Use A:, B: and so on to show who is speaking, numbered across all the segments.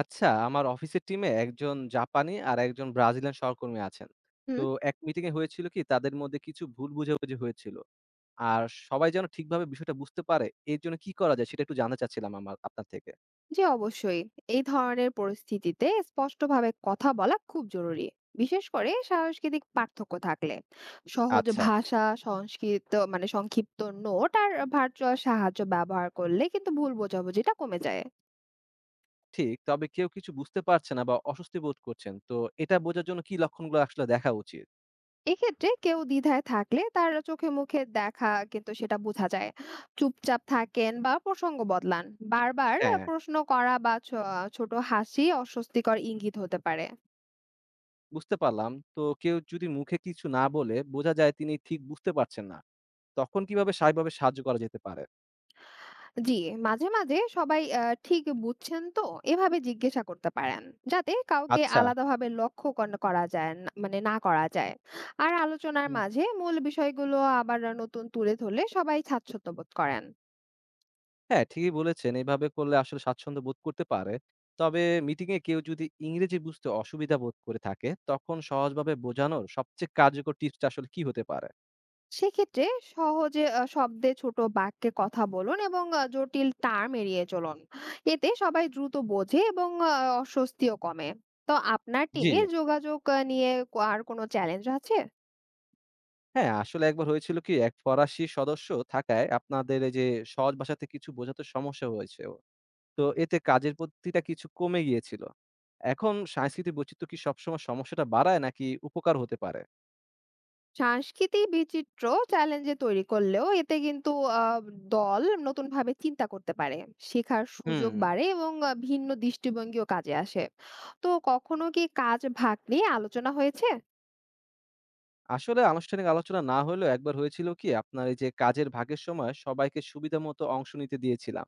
A: আচ্ছা, আমার অফিসের টিমে একজন জাপানি আর একজন ব্রাজিলিয়ান সহকর্মী আছেন। তো
B: হুম।
A: এক মিটিং এ হয়েছিল কি তাদের মধ্যে কিছু ভুল বোঝাবুঝি হয়েছিল। আর সবাই যেন ঠিকভাবে বিষয়টা বুঝতে পারে এর জন্য কি করা যায় সেটা একটু জানতে চাচ্ছিলাম আমার আপনার থেকে।
B: জি, অবশ্যই। এই ধরনের পরিস্থিতিতে স্পষ্টভাবে কথা বলা খুব জরুরি, বিশেষ করে সাংস্কৃতিক পার্থক্য থাকলে। সহজ
A: আচ্ছা,
B: ভাষা সংস্কৃত মানে সংক্ষিপ্ত নোট আর ভার্চুয়াল সাহায্য ব্যবহার করলে কিন্তু ভুল বোঝাবুঝিটা কমে যায়।
A: ঠিক। তবে কেউ কিছু বুঝতে পারছে না বা অস্বস্তি বোধ করছেন। তো এটা বোঝার জন্য কি লক্ষণগুলো আসলে দেখা উচিত?
B: এক্ষেত্রে কেউ দ্বিধায় থাকলে তার চোখে মুখে দেখা কিন্তু সেটা বোঝা যায়। চুপচাপ থাকেন বা প্রসঙ্গ বদলান, বারবার
A: হ্যাঁ,
B: প্রশ্ন করা বা ছোট হাসি অস্বস্তিকর ইঙ্গিত হতে পারে।
A: বুঝতে পারলাম। তো কেউ যদি মুখে কিছু না বলে বোঝা যায় তিনি ঠিক বুঝতে পারছেন না। তখন কিভাবে স্বাভাবিকভাবে সাহায্য করা যেতে পারে?
B: জি, মাঝে মাঝে সবাই ঠিক বুঝছেন তো? এভাবে জিজ্ঞাসা করতে পারেন। যাতে কাউকে
A: আচ্ছা।
B: আলাদাভাবে লক্ষ্য কন করা যায় না মানে না করা যায়। আর আলোচনার মাঝে মূল বিষয়গুলো আবার নতুন তুলে ধরলে সবাই স্বাচ্ছন্দ্য বোধ করেন।
A: হ্যাঁ, ঠিকই বলেছেন। এভাবে করলে আসলে স্বাচ্ছন্দ্য বোধ করতে পারে। তবে মিটিংয়ে কেউ যদি ইংরেজি বুঝতে অসুবিধা বোধ করে থাকে, তখন সহজভাবে বোঝানোর সবচেয়ে কার্যকর টিপসটা আসলে কি হতে পারে?
B: সেক্ষেত্রে সহজে শব্দে ছোট বাক্যে কথা বলুন এবং জটিল টার্ম এড়িয়ে চলুন। এতে সবাই দ্রুত বোঝে এবং অস্বস্তিও কমে। তো আপনার
A: জি।
B: টিমে যোগাযোগ নিয়ে আর কোনো চ্যালেঞ্জ আছে?
A: হ্যাঁ, আসলে একবার হয়েছিল কি এক ফরাসি সদস্য থাকায় আপনাদের এই যে সহজ ভাষাতে কিছু বোঝাতে সমস্যা হয়েছে ওর। তো এতে কাজের প্রতিটা কিছু কমে গিয়েছিল। এখন সাংস্কৃতিক বৈচিত্র্য কি সবসময় সমস্যাটা বাড়ায় নাকি উপকার হতে পারে?
B: সাংস্কৃতিক বিচিত্র চ্যালেঞ্জে তৈরি করলেও এতে কিন্তু আহ, দল নতুনভাবে চিন্তা করতে পারে। শেখার
A: হুম
B: সুযোগ বাড়ে এবং ভিন্ন দৃষ্টিভঙ্গিও কাজে আসে। তো কখনো কি কাজ ভাগ নিয়ে আলোচনা হয়েছে?
A: আসলে আনুষ্ঠানিক আলোচনা না হলেও একবার হয়েছিল কি আপনার এই যে কাজের ভাগের সময় সবাইকে সুবিধা মতো অংশ নিতে দিয়েছিলাম।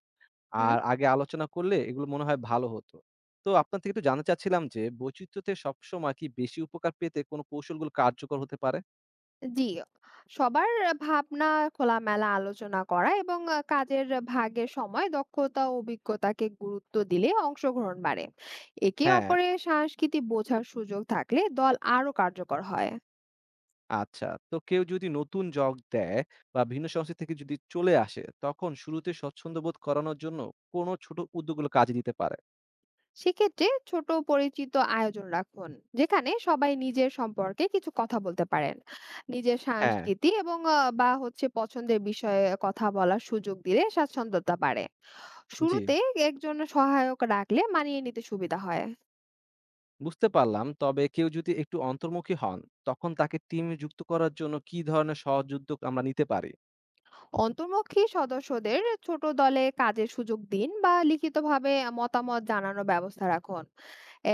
B: হুম।
A: আর আগে আলোচনা করলে এগুলো মনে হয় ভালো হতো। তো আপনার থেকে একটু জানতে চাচ্ছিলাম যে বৈচিত্র্যতে সবসময় কি বেশি উপকার পেতে কোন কৌশলগুলো কার্যকর হতে পারে?
B: জি, সবার ভাবনা খোলামেলা আলোচনা করা এবং কাজের ভাগের সময় দক্ষতা ও অভিজ্ঞতাকে গুরুত্ব দিলে অংশগ্রহণ বাড়ে। একে
A: হ্যাঁ,
B: অপরের সংস্কৃতি বোঝার সুযোগ থাকলে দল আরো কার্যকর হয়।
A: আচ্ছা। তো কেউ যদি নতুন যোগ দেয় বা ভিন্ন সংস্কৃতি থেকে যদি চলে আসে তখন শুরুতে স্বচ্ছন্দ বোধ করানোর জন্য কোন ছোট উদ্যোগগুলো কাজে দিতে পারে?
B: সেক্ষেত্রে ছোট পরিচিত আয়োজন রাখুন, যেখানে সবাই নিজের সম্পর্কে কিছু কথা বলতে পারেন। নিজের
A: হ্যাঁ,
B: সংস্কৃতি এবং আহ, বা হচ্ছে পছন্দের বিষয়ে কথা বলার সুযোগ দিলে স্বাচ্ছন্দ্যতা বাড়ে।
A: জি।
B: শুরুতে একজন সহায়ক রাখলে মানিয়ে নিতে সুবিধা হয়।
A: বুঝতে পারলাম। তবে কেউ যদি একটু অন্তর্মুখী হন, তখন তাকে টিমে যুক্ত করার জন্য কি ধরনের সহজ উদ্যোগ আমরা নিতে পারি?
B: অন্তর্মুখী সদস্যদের ছোট দলে কাজের সুযোগ দিন বা লিখিতভাবে মতামত জানানোর ব্যবস্থা রাখুন।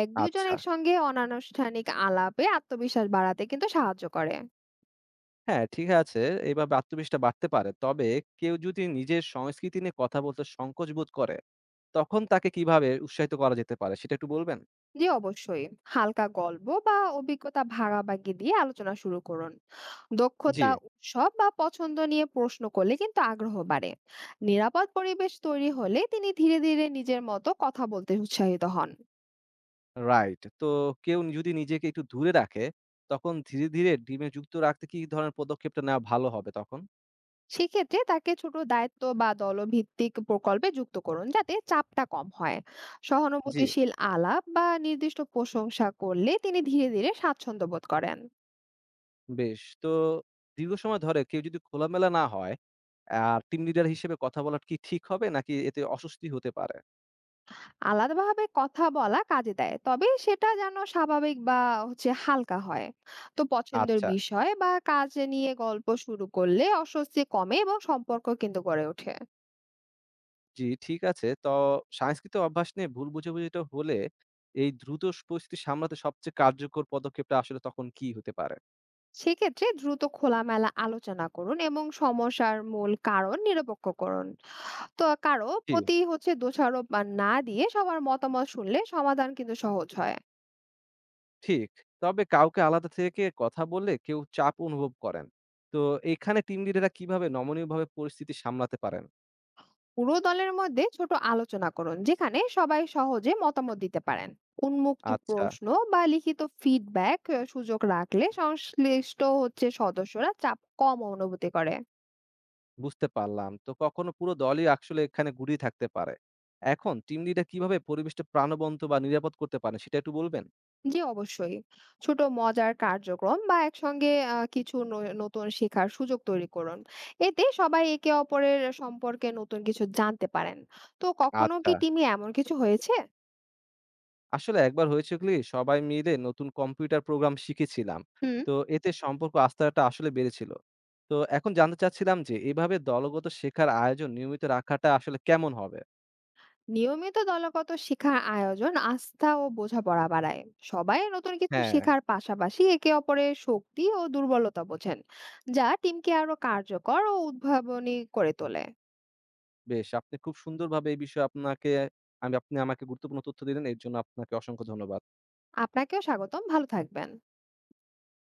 B: এক দুজন
A: আচ্ছা।
B: একসঙ্গে অনানুষ্ঠানিক আলাপে আত্মবিশ্বাস বাড়াতে কিন্তু সাহায্য করে।
A: হ্যাঁ, ঠিক আছে। এভাবে আত্মবিশ্বাসটা বাড়তে পারে। তবে কেউ যদি নিজের সংস্কৃতি নিয়ে কথা বলতে সংকোচ বোধ করে, তখন তাকে কিভাবে উৎসাহিত করা যেতে পারে সেটা একটু বলবেন?
B: জি, অবশ্যই। হালকা গল্প বা অভিজ্ঞতা ভাগাভাগি দিয়ে আলোচনা শুরু করুন।
A: জি,
B: দক্ষতা উৎসব বা পছন্দ নিয়ে প্রশ্ন করলে কিন্তু আগ্রহ বাড়ে। নিরাপদ পরিবেশ তৈরি হলে তিনি ধীরে ধীরে নিজের মতো কথা বলতে উৎসাহিত হন।
A: রাইট। তো কেউ যদি নিজেকে একটু দূরে রাখে, তখন ধীরে ধীরে টিমে যুক্ত রাখতে কি ধরনের পদক্ষেপটা নেওয়া ভালো হবে তখন?
B: সেক্ষেত্রে তাকে ছোট দায়িত্ব বা দলভিত্তিক প্রকল্পে যুক্ত করুন, যাতে চাপটা কম হয়।
A: জি।
B: সহানুভূতিশীল আলাপ বা নির্দিষ্ট প্রশংসা করলে তিনি ধীরে ধীরে স্বাচ্ছন্দ্য বোধ করেন।
A: বেশ। তো দীর্ঘ সময় ধরে কেউ যদি খোলামেলা না হয়, আর টিম লিডার হিসেবে কথা বলা কি ঠিক হবে নাকি এতে অস্বস্তি হতে পারে?
B: আলাদাভাবে কথা বলা কাজে দেয়, তবে সেটা যেন স্বাভাবিক বা হালকা হয়। তো পছন্দের
A: আচ্ছা,
B: বিষয় বা কাজ নিয়ে গল্প শুরু করলে অস্বস্তি কমে এবং সম্পর্ক কিন্তু গড়ে ওঠে।
A: জি ঠিক আছে। তো সাংস্কৃতিক অভ্যাস নিয়ে ভুল বোঝাবুঝিটা হলে এই দ্রুত পরিস্থিতি সামলাতে সবচেয়ে কার্যকর পদক্ষেপটা আসলে তখন কি হতে পারে?
B: সেক্ষেত্রে দ্রুত খোলামেলা আলোচনা করুন এবং সমস্যার মূল কারণ নিরপেক্ষ করুন। তো কারো
A: জি,
B: প্রতি দোষারোপ বা না দিয়ে সবার মতামত শুনলে সমাধান কিন্তু সহজ হয়।
A: ঠিক। তবে কাউকে আলাদা থেকে কথা বললে কেউ চাপ অনুভব করেন। তো এখানে টিম লিডাররা কিভাবে নমনীয়ভাবে পরিস্থিতি সামলাতে পারেন?
B: পুরো দলের মধ্যে ছোট আলোচনা করুন, যেখানে সবাই সহজে মতামত দিতে পারেন। উন্মুক্ত
A: আচ্ছা।
B: প্রশ্ন বা লিখিত ফিডব্যাক সুযোগ রাখলে সংশ্লিষ্ট সদস্যরা চাপ কম অনুভূতি করে।
A: বুঝতে পারলাম। তো কখনো পুরো দলই আসলে এখানে গুটিয়ে থাকতে পারে। এখন টিম লিডার কিভাবে পরিবেশটা প্রাণবন্ত বা নিরাপদ করতে পারেন সেটা একটু বলবেন?
B: জি, অবশ্যই। ছোট মজার কার্যক্রম বা একসঙ্গে কিছু নতুন শেখার সুযোগ তৈরি করুন। এতে সবাই একে অপরের সম্পর্কে নতুন কিছু জানতে পারেন। তো কখনো কি
A: আচ্ছা।
B: টিমে এমন কিছু হয়েছে?
A: আসলে একবার হয়েছিল কি সবাই মিলে নতুন কম্পিউটার প্রোগ্রাম শিখেছিলাম।
B: হুম।
A: তো এতে সম্পর্ক আস্থাটা আসলে বেড়েছিল। তো এখন জানতে চাচ্ছিলাম যে এভাবে দলগত শেখার আয়োজন নিয়মিত রাখাটা আসলে কেমন হবে?
B: নিয়মিত দলগত শিক্ষার আয়োজন আস্থা ও বোঝাপড়া বাড়ায়। সবাই নতুন কিছু
A: হ্যাঁ।
B: শেখার পাশাপাশি একে অপরের শক্তি ও দুর্বলতা বোঝেন, যা টিমকে আরো কার্যকর ও উদ্ভাবনী করে তোলে।
A: বেশ আপনি খুব সুন্দরভাবে এই বিষয়ে আপনাকে আমি আপনি আমাকে গুরুত্বপূর্ণ তথ্য দিলেন। এর জন্য আপনাকে অসংখ্য ধন্যবাদ।
B: আপনাকেও স্বাগতম। ভালো থাকবেন।